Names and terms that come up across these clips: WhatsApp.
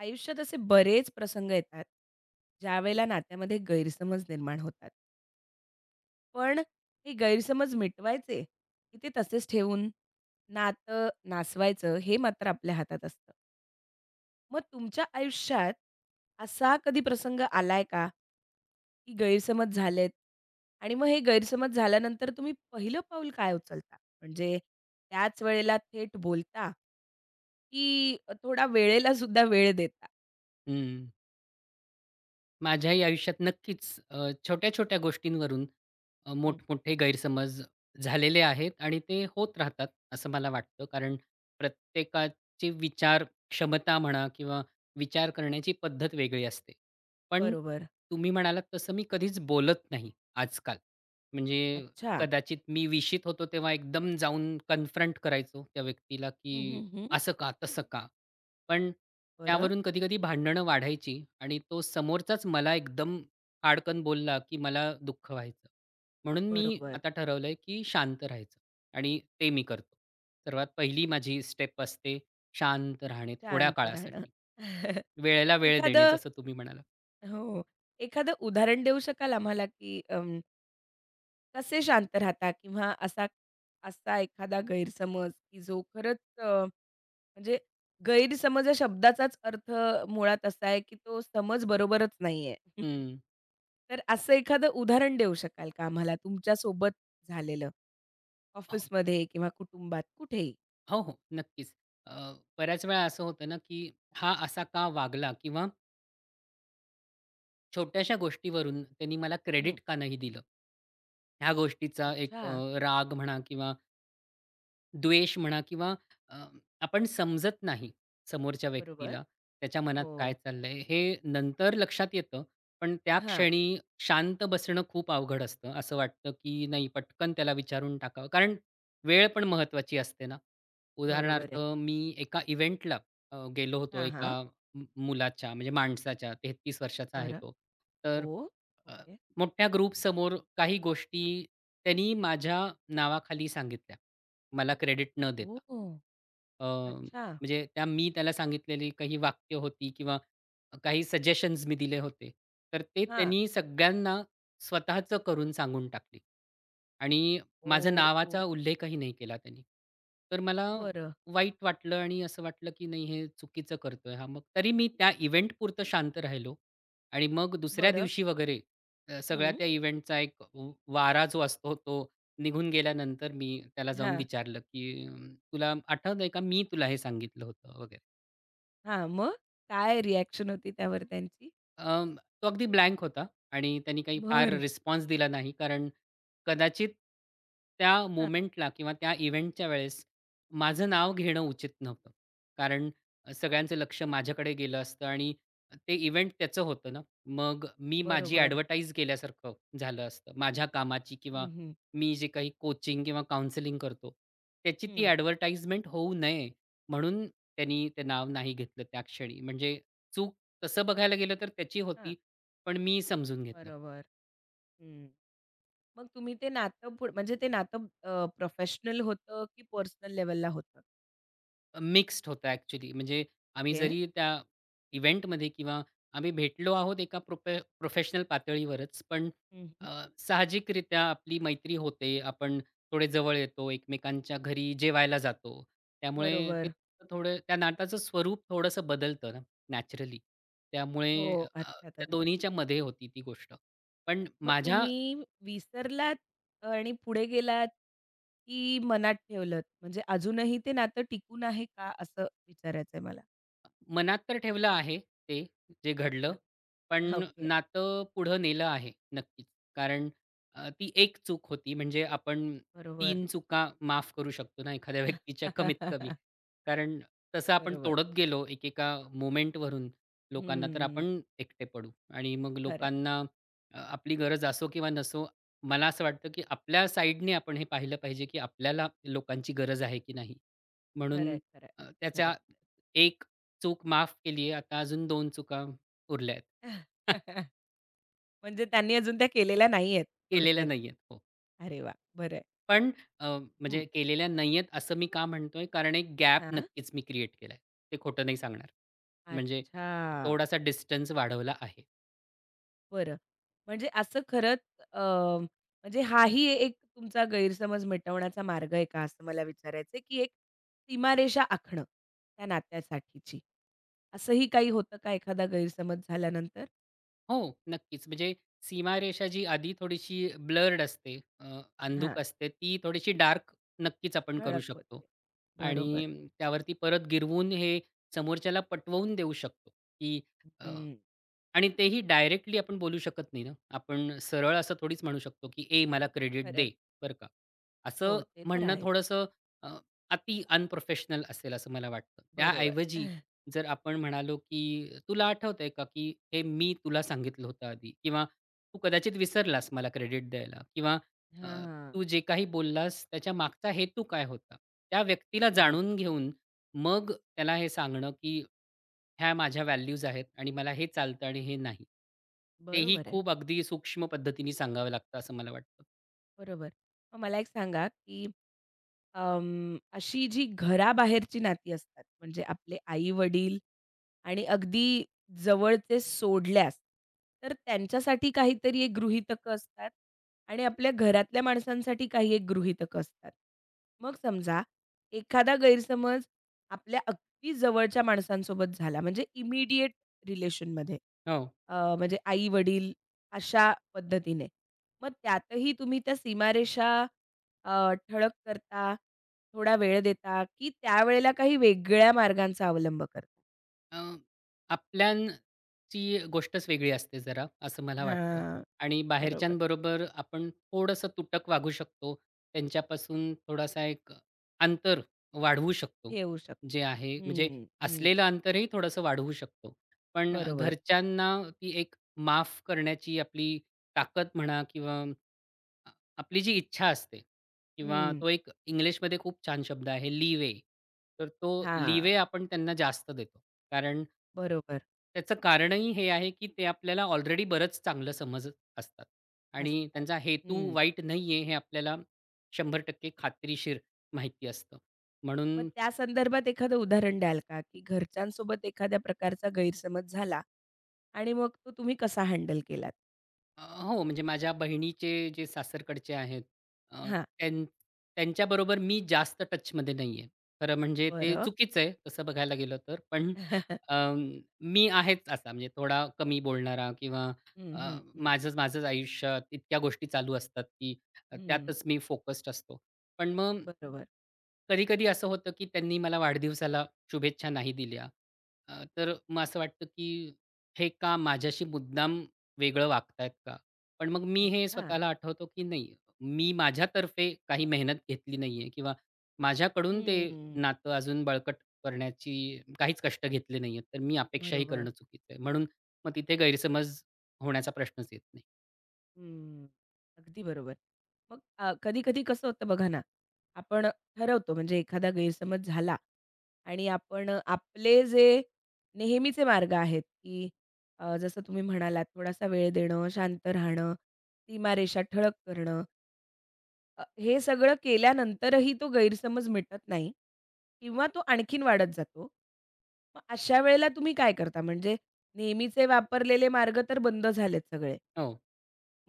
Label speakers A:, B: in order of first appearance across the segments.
A: आयुष्यात असे बरेच प्रसंग येतात, ज्यावेळेला नात्यामध्ये गैरसमज निर्माण होतात. पण हे गैरसमज मिटवायचे, की ते तसेच ठेवून नातं नासवायचं हे मात्र आपल्या हातात असतं. मग तुमच्या आयुष्यात असा कधी प्रसंग आलाय का? की गैरसमज झालेत आणि मग हे गैरसमज झाल्यानंतर तुम्ही पहिलं पाऊल काय उचलता? म्हणजे त्याच वेळेला थेट बोलता, की थोडा वेळेला सुद्धा वेळ देता?
B: हं. माझ्याही आयुष्यात नक्कीच छोट्या-छोट्या गोष्टींवरून
A: हं.
B: मोठमोठे गैरसमज झालेले आहेत आणि ते होत राहतात असं मला वाटतं. कारण प्रत्येकाची विचार क्षमता म्हणा किंवा विचार करण्याची पद्धत वेगळी असते. पण
A: बरोबर.
B: तुम्ही म्हणालात तसं मी कधीच बोलत नाही आजकाल. म्हणजे
A: अच्छा.
B: कदाचित मी विशीत होतो तेव्हा एकदम जाऊन कन्फ्रंट करायचो त्या व्यक्तीला,
A: हं,
B: की
A: हं, हं.
B: "असं का? तसं का?" पण
A: परत
B: त्यावरून कधी-कधी भांडणं वाढायची आणि तो समोरचाच मला एकदम फाडकन बोलला, की मला दुःख व्हायचं. म्हणून मी
A: बरोबर,
B: आता ठरवलंय, की शांत राहायचं आणि ते मी करतो. सर्वात पहिली माझी स्टेप असते शांत राहणे थोड्या
A: शांत राहणं.
B: काळासाठी. वेळेला वेळ देणे
A: एखादं
B: जसं तुम्ही म्हणालात.
A: हो, एखादं उदाहरण देऊ शकाल आम्हाला, की कसे शांत राहता किंवा असा असा एखादा गैरसमज, की जो खरंच म्हणजे गैरसमज या शब्दाचाच अर्थ मुळात असा आहे, की तो समज बरोबरच नाहीये.
B: हं.
A: तर असं एखादं उदाहरण देऊ शकाल का आम्हाला तुमच्या सोबत झालेलं?
B: हो,
A: ऑफिसमध्ये किंवा कुटुंबात कुठेही?
B: हो, हो, नक्कीच. अ, बऱ्याच वेळा असं होतं ना, की हा असा का वागला? किंवा छोट्याशा गोष्टीवरून त्यांनी मला
A: हं.
B: क्रेडिट का नाही दिलं? ह्या गोष्टीचा एक
A: अच्छा.
B: राग म्हणा किंवा द्वेष म्हणा किंवा अ, आपण समजत नाही समोरच्या
A: बरोबर.
B: व्यक्तीला, त्याच्या मनात
A: हो.
B: काय चाललंय, हे नंतर लक्षात येतं. पण त्या
A: हां.
B: क्षणी शांत बसणं खूप अवघड असतं. असं वाटतं, की नाही पटकन त्याला विचारून टाकावं. कारण वेळ पण महत्त्वाची असते ना.
A: बरोबर आहे.
B: उदाहरणार्थ मी एका इव्हेंटला गेलो होतो
A: हां,
B: एका
A: हां.
B: मुलाच्या म्हणजे माणसाच्या 33 वर्षाचा आहे
A: बरं.
B: तो. तर
A: ओ.
B: अ,
A: ओके.
B: मोठ्या ग्रुपसमोर काही गोष्टी त्यांनी माझ्या नावाखाली सांगितल्या. मला क्रेडिट न
A: ओ.
B: देता. अ,
A: अच्छा.
B: म्हणजे त्या मी त्याला सांगितलेली काही वाक्य होती किंवा काही सजेशन्स मी दिले होते. तर ते
A: हां.
B: त्यांनी सगळ्यांना स्वतःचं करून सांगून टाकले. आणि
A: ओ,
B: माझ्या
A: ओ.
B: नावाचा उल्लेखही नाही केला त्यांनी. तर मला
A: बरं,
B: वाईट वाटलं आणि असं वाटलं, की नाही हे चुकीचं करतोय हा. मग तरी मी त्या इव्हेंटपुरतं शांत राहिलो आणि मग दुसऱ्या
A: बरं.
B: दिवशी वगैरे सगळ्या
A: हं.
B: त्या इव्हेंटचा एक वारा जो असतो तो निघून गेल्यानंतर मी त्याला जाऊन
A: हां,
B: विचारलं, की "तुला आठवतंय का मी तुला हे सांगितलं होतं?" वगैरे.
A: हां. मग? काय रिएक्शन होती त्यावर त्यांची?
B: अं, तो अगदी ब्लँक होता आणि त्यांनी काही फार
A: बरं.
B: रिस्पॉन्स दिला नाही. कारण कदाचित त्या
A: हां.
B: मोमेंटला किंवा त्या इव्हेंटच्या वेळेस माझं नाव घेणं उचित नव्हतं. कारण सगळ्यांचं लक्ष माझ्याकडे गेलं असतं आणि ते इव्हेंट त्याचं होतं ना. मग मी माझी
A: बरोबर.
B: ॲडव्हर्टाइज केल्यासारखं झालं असतं. माझ्या कामाची किंवा
A: हं, हं.
B: मी जे काही कोचिंग किंवा काउन्सेलिंग करतो, त्याची ती
A: हं.
B: ॲडव्हर्टाइजमेंट होऊ नये म्हणून त्यांनी ते नाव नाही घेतलं त्या क्षणी. म्हणजे चूक तसं बघायला गेलं तर त्याची
A: हां.
B: होती, पण मी समजून घेतलं.
A: बरोबर. हं. मग तुम्ही ते नातं पुढ म्हणजे ते नातं प्रोफेशनल होतं की पर्सनल लेव्हलला होतं?
B: मिक्स्ड होतं ॲक्चुअली. म्हणजे आम्ही
A: ओके.
B: जरी त्या इव्हेंटमध्ये किंवा आम्ही भेटलो आहोत एका प्रोफेशनल पातळीवरच, पण
A: हं, हं.
B: अ, साहजिकरित्या आपली मैत्री होते. आपण थोडे जवळ येतो, एकमेकांच्या घरी जेवायला जातो. त्यामुळे ते
A: बरोबर.
B: थोडं त्या नाताचं स्वरूप थोडंसं बदलतं ना नॅचरली. त्यामुळे
A: हो, अर्थातच.
B: त्या दोन्हीच्या मध्ये होती ती गोष्ट. पण
A: मग
B: माझ्या
A: तुम्ही विसरलात आणि पुढे गेलात, की मनात ठेवलत? म्हणजे अजूनही ते नातं टिकून आहे का, असं विचारायचंय मला?
B: मनात तर ठेवलं आहे ते, जे घडलं.
A: अच्छा.
B: पण
A: ओके.
B: नातं पुढं नेलं आहे नक्कीच. कारण ती एक चूक होती म्हणजे आपण
A: बरोबर.
B: 3 चुका माफ करू शकतो ना एखाद्या व्यक्तीच्या कमीत कमी. कारण तसं आपण
A: बरोबर.
B: तोडत गेलो एकेका मोमेंटवरून लोकांना तर
A: हम्म.
B: आपण एकटे पडू आणि मग
A: खरं आहे,
B: लोकांना आपली गरज असो किंवा नसो मला असं वाटतं, की आपल्या साइडने आपण हे पाहिलं पाहिजे, की आपल्याला लोकांची गरज आहे की नाही? म्हणून
A: खरं आहे, खरं अगदी खरं
B: त्याच्या एक चूक माफ केली आहे. आता अजून 2 चुका उरल्या आहेत.
A: म्हणजे त्यांनी अजून त्या केलेल्या नाहीयेत
B: केलेल्या
A: थोडक्यात.
B: नाही आहेत. हो.
A: अरे वाह! बरं आहे.
B: पण अ,
A: हं.
B: म्हणजे केलेल्या नाही आहेत असं मी का म्हणतोय? कारण एक गॅप नक्कीच मी क्रिएट केलाय. ते खोटं नाही सांगणार. म्हणजे
A: अच्छा.
B: थोडासा डिस्टन्स वाढवला आहे.
A: बरं. म्हणजे असं खरंच अ, म्हणजे हाही एक तुमचा गैरसमज मिटवण्याचा मार्ग आहे का, असं मला विचारायचं आहे, की एक सीमारेषा आखणं त्या नात्यासाठीची. असंही काही होतं का एखादा गैरसमज झाल्यानंतर?
B: हो, नक्कीच. म्हणजे सीमारेषा जी आधी थोडीशी ब्लर्ड असते,
A: हां,
B: अंधुक असते, ती थोडीशी डार्क नक्कीच आपण करू
A: ठळक
B: शकतो.
A: होते. बरोबर.
B: आणि त्यावरती परत गिरवून हे समोरच्याला पटवून देऊ शकतो, की
A: हं.
B: आणि तेही डायरेक्टली आपण बोलू शकत नाही ना. आपण सरळ असं थोडीच म्हणू शकतो, की "ए मला क्रेडिट
A: खरं आहे.
B: दे, बरं का."
A: हो,
B: असं
A: ते तर
B: म्हणणं
A: आहेच.
B: थोडंसं अ, अति अनप्रोफेशनल असेल असं मला वाटतं.
A: बरोबर.
B: त्याऐवजी जर आपण म्हणालो, की "तुला आठवतंय का, की हे मी तुला सांगितलं होतं आधी किंवा तू कदाचित विसरलास मला क्रेडिट द्यायला किंवा अ,
A: हां,
B: तू जे काही बोललास त्याच्या मागचा हेतू काय होता?" त्या व्यक्तीला
A: हं.
B: जाणून घेऊन मग त्याला हे सांगणं, की ह्या माझ्या व्हॅल्यूज आहेत आणि मला हे चालतं आणि हे नाही. तेही
A: बरोबर आहे.
B: खूप अगदी सूक्ष्म पद्धतीने सांगावं लागतं असं मला वाटतं.
A: बरोबर. मग मला एक सांगा, की अं, अशी जी घराबाहेरची नाती असतात, म्हणजे आपले आई-वडील आणि अगदी जवळचे सोडल्यास, तर त्यांच्यासाठी काहीतरी एक गृहीतकं असतात आणि आपल्या घरातल्या माणसांसाठी काही एक गृहीतकं असतात. मग समजा एखादा गैरसमज आपल्या अगदी जवळच्या माणसांसोबत झाला, म्हणजे इमिडिएट रिलेशनमध्ये
B: हो.
A: म्हणजे आई-वडील अशा पद्धतीने. मग त्यातही तुम्ही त्या सीमारेषा अ, ठळक करता, थोडा वेळ देता, की त्यावेळेला काही वेगळ्या मार्गांचा अवलंब करता?
B: अ, आपल्यांची गोष्टच वेगळी असते जरा असं मला वाटतं
A: हां,
B: आणि
A: बरोबर.
B: बाहेरच्यांबरोबर आपण थोडंसं तुटक वागू शकतो. त्यांच्यापासून थोडासा एक अंतर वाढवू शकतो.
A: ठेवू शकतो.
B: जे आहे म्हणजे
A: हं, हं.
B: असलेलं अंतरही थोडंसं वाढवू शकतो. पण
A: बरोबर.
B: घरच्यांना ती एक माफ करण्याची आपली ताकद म्हणा किंवा आ, आपली जी इच्छा असते किंवा
A: हं.
B: तो एक इंग्लिशमध्ये खूप छान शब्द आहे लीवे. तर तो लीवे
A: हां,
B: आपण त्यांना जास्त देतो. कारण
A: बरोबर
B: त्याचं कारणही हे आहे, की ते आपल्याला ऑलरेडी बरंच चांगलं समजत असतात आणि
A: असतात.
B: त्यांचा हेतू
A: हं.
B: वाईट नाहीये हे आपल्याला 100% खात्रीशीर माहिती असतं.
A: मग
B: म्हणून
A: त्या संदर्भात एखादं उदाहरण द्याल का, की घरच्यांसोबत एखाद्या प्रकारचा गैरसमज झाला आणि मग तो तुम्ही कसा हँडल केलात?
B: हो, म्हणजे माझ्या बहिणीचे जे सासरकडचे आहेत अ,
A: हां.
B: त्यां त्यांच्याबरोबर मी जास्त टचमध्ये नाहीये. खरं म्हणजे ते
A: बरं.
B: चुकीचं आहे तसं बघायला गेलं तर. पण अं, मी आहेच असा म्हणजे थोडा कमी बोलणारा किंवा
A: हं,
B: अ,
A: हं, हं.
B: माझंच माझंच आयुष्यात इतक्या गोष्टी चालू असतात, की
A: हं.
B: त्यातच मी फोकस्ड असतो. पण मग
A: बरोबर.
B: कधी-कधी असं होतं, की त्यांनी मला वाढदिवसाला शुभेच्छा नाही दिल्या. तर मग असं वाटतं, की हे का माझ्याशी मुद्दाम वेगळं वागतायत का? पण मग मी हे
A: अच्छा.
B: स्वतःला आठवतो, की नाही मी माझ्यातर्फे काही मेहनत घेतली नाहीये किंवा माझ्याकडून ते
A: हं.
B: नातं अजून बळकट करण्याची काहीच कष्ट घेतले नाहीयेत. तर मी अपेक्षाही
A: बरोबर.
B: करणं चुकीचं आहे. म्हणून मग तिथे गैरसमज होण्याचा प्रश्नच येत नाही.
A: हं. अगदी बरोबर. मग कधी-कधी कसं होतं बघा ना, आपण ठरवतो म्हणजे एखादा गैरसमज झाला आणि आपण आपले जे नेहमीचे मार्ग आहेत, की जसं तुम्ही म्हणालात थोडासा वेळ देणं, शांत राहणं, सीमारेषा ठळक करणं, हे सगळं केल्यानंतरही तो गैरसमज मिटत नाही किंवा तो आणखीन वाढत जातो. मग अशा वेळेला तुम्ही काय करता? म्हणजे नेहमीचे वापरलेले मार्ग तर बंद झालेत सगळे.
B: हो.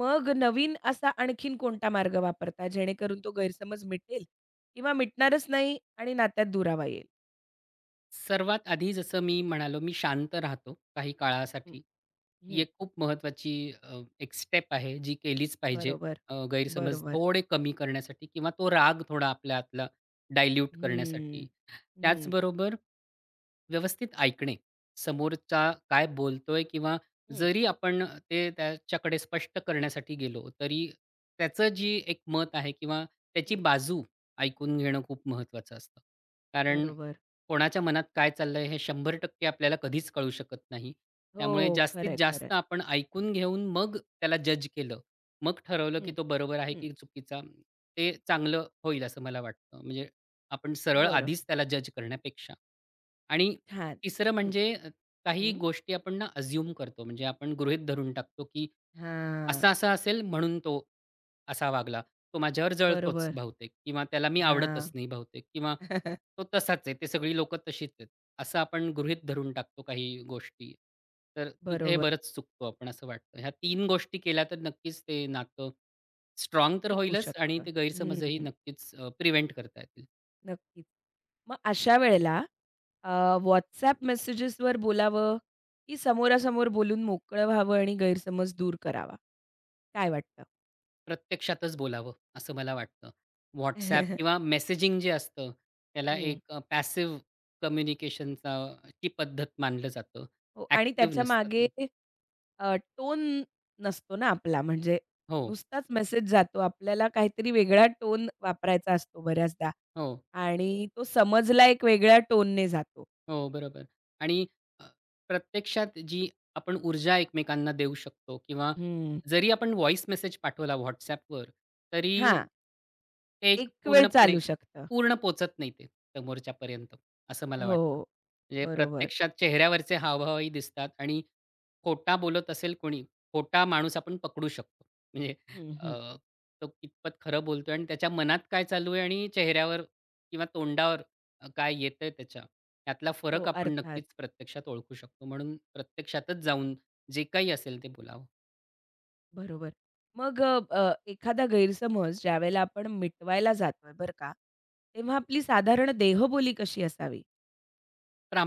A: मग नवीन असा आणखीन कोणता मार्ग वापरता जेणेकरून तो गैरसमज मिटेल किंवा मिटणारच नाही आणि नात्यात दुरावा येईल?
B: सर्वात आधी जसं मी म्हणालो, मी शांत राहतो काही काळासाठी ही
A: हं.
B: एक खूप महत्त्वाची एक स्टेप आहे, जी केलीच पाहिजे.
A: बरोबर.
B: गैरसमज
A: बरोबर.
B: थोडे कमी करण्यासाठी किंवा तो राग थोडा आपल्या आतला डायल्यूट
A: हं,
B: करण्यासाठी.
A: हं,
B: त्याचबरोबर व्यवस्थित ऐकणे. समोरचा काय बोलतोय किंवा
A: हं,
B: जरी आपण ते त्याच्याकडे स्पष्ट करण्यासाठी गेलो, तरी त्याचं जी एक मत आहे किंवा त्याची
A: हं.
B: बाजू ऐकून घेणं खूप महत्त्वाचं असतं. कारण
A: बरोबर.
B: कोणाच्या मनात काय चाललंय हे 100% आपल्याला कधीच कळू शकत नाही.
A: हो,
B: त्यामुळे
A: खरं
B: जास्तीत
A: आहे, खरं आहे.
B: जास्त आपण ऐकून घेऊन मग त्याला जज केलं. मग ठरवलं
A: हं,
B: की तो बरोबर आहे
A: हं.
B: की चुकीचा, ते चांगलं होईल असं मला वाटतं. म्हणजे आपण सरळ
A: बरं.
B: आधीच त्याला जज करण्यापेक्षा. आणि
A: छान.
B: तिसरं
A: हं,
B: म्हणजे काही
A: हं.
B: गोष्टी आपण ना अझ्युम करतो. म्हणजे आपण गृहीत धरून टाकतो की
A: हां.
B: असा-असा असेल म्हणून तो असा वागला, तो माझ्यावर जळतोच
A: बरोबर.
B: बहुतेक किंवा त्याला मी आवडतच
A: हां.
B: नाही बहुतेक किंवा तो तसाच आहे. ते सगळी लोकं तशीच आहेत. असं आपण गृहीत धरून टाकतो काही गोष्टी. तर तिथे
A: बरोबर.
B: बरंच चुकतो आपण असं वाटतं. ह्या 3 गोष्टी केल्या तर नक्कीच ते नातं स्ट्राँग तर
A: टिकू
B: होईलच आणि
A: शकतं.
B: ते गैरसमजही
A: हं.
B: नक्कीच प्रिव्हेंट करता येतील.
A: नक्कीच. मग अशा वेळेला अ, WhatsApp मेसेजेसवर बोलावं, की समोरासमोर बोलून मोकळं व्हावं आणि गैरसमज दूर करावा? काय वाटतं?
B: प्रत्यक्षातच बोलावं असं मला वाटतं. WhatsApp किंवा मेसेजिंग जे असतं त्याला
A: हं.
B: एक पॅसिव्ह कम्युनिकेशनचा ची पद्धत मानलं जातं.
A: हो आणि
B: ॲक्टिव्ह
A: त्याच्यामागे
B: नसतं.
A: टोन नसतो ना आपला, म्हणजे
B: हो,
A: नुसताच मेसेज जातो. आपल्याला काहीतरी वेगळा टोन वापरायचा असतो बऱ्याचदा
B: हो,
A: आणि तो समजला एक वेगळ्या टोनने जातो.
B: हो, बरोबर. आणि अ, प्रत्यक्षात जी आपण ऊर्जा एकमेकांना देऊ शकतो किंवा
A: हं.
B: जरी आपण व्हॉईस मेसेज पाठवला WhatsAppवर, तरी
A: हां,
B: ते एक
A: एक वेळ
B: पूर्णपणे
A: चालू शकतं.
B: पूर्ण पोचत नाही ते समोरच्यापर्यंत, असं मला वाटतं.
A: हो,
B: म्हणजे
A: बरोबर.
B: प्रत्यक्षात चेहऱ्यावरचे हावभावही दिसतात आणि खोटा बोलत असेल कोणी, खोटा माणूस आपण पकडू शकतो. म्हणजे
A: हं, हं.
B: अ, तो कितपत खरं बोलतोय आणि त्याच्या मनात काय चालू आहे आणि चेहऱ्यावर किंवा तोंडावर काय येतंय त्याच्या, त्यातला
A: हो,
B: फरक आपण
A: अर्थात.
B: नक्कीच प्रत्यक्षात ओळखू शकतो. म्हणून प्रत्यक्षातच जाऊन जे काही असेल ते बोलावं.
A: बरोबर. मग अ, अ, एखादा गैरसमज ज्यावेळेला आपण मिटवायला जातोय बरं का, तेव्हा आपली साधारण देहबोली कशी असावी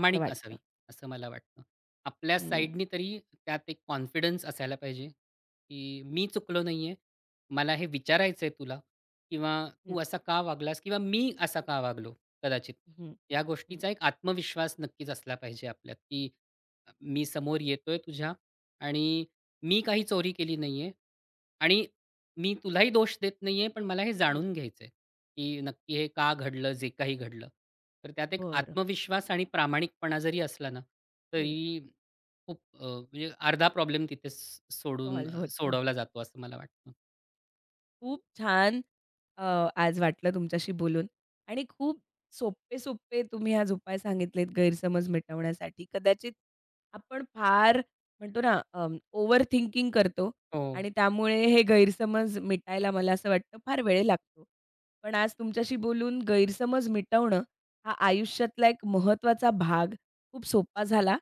A: असं वाटतं?
B: असावी, असं मला वाटतं. आपल्या
A: हं,
B: साइडनी तरी त्यात एक कॉन्फिडन्स असायला पाहिजे, की मी चुकलो नाहीये. मला हे विचारायचंय तुला किंवा
A: हं,
B: तू असा का वागलास किंवा मी असा का वागलो कदाचित.
A: हं,
B: या
A: हं.
B: गोष्टीचा एक आत्मविश्वास नक्कीच असला पाहिजे आपल्यात, की मी समोर येतोय तुझ्या आणि मी काही चोरी केली नाहीये आणि मी तुलाही दोष देत नाहीये, पण मला हे
A: हं.
B: जाणून घ्यायचंय. की नक्की हे का घडलं, जे काही घडलं. तर त्यात एक
A: बरं.
B: आत्मविश्वास आणि प्रामाणिकपणा जरी असला ना,
A: हं.
B: तरी खूप म्हणजे अर्धा प्रॉब्लेम तिथेच
A: सॉल्व्ह होतं.
B: सोडवला जातो असं मला वाटतं.
A: खूप छान. अ, आज वाटलं तुमच्याशी बोलून आणि खूप सोपे-सोपे तुम्ही आज उपाय सांगितलेत गैरसमज मिटवण्यासाठी. कदाचित आपण फार म्हणतो ना ओव्हर थिंकिंग करतो
B: हो,
A: आणि त्यामुळे हे गैरसमज मिटायला मला असं वाटतं फार वेळ लागतो. पण आज तुमच्याशी बोलून गैरसमज मिटवणं हा आयुष्यातला एक महत्त्वाचा भाग खूप सोपा झाला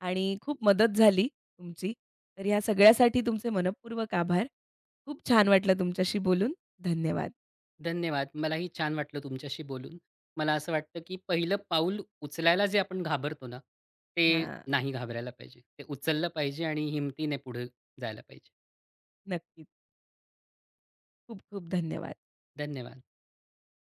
A: आणि खूप मदत झाली तुमची. तर ह्या सगळ्यासाठी तुमचे मनःपूर्वक आभार. खूप छान वाटलं तुमच्याशी बोलून. धन्यवाद.
B: धन्यवाद. मलाही छान वाटलं तुमच्याशी बोलून. मला असं वाटतं, की पहिलं पाऊल उचलायला जे आपण घाबरतो ना, ते
A: हां,
B: नाही घाबरायला पाहिजे. ते उचललं पाहिजे आणि हिमतीने पुढे जायला पाहिजे.
A: नक्कीच. खूप-खूप धन्यवाद.
B: धन्यवाद.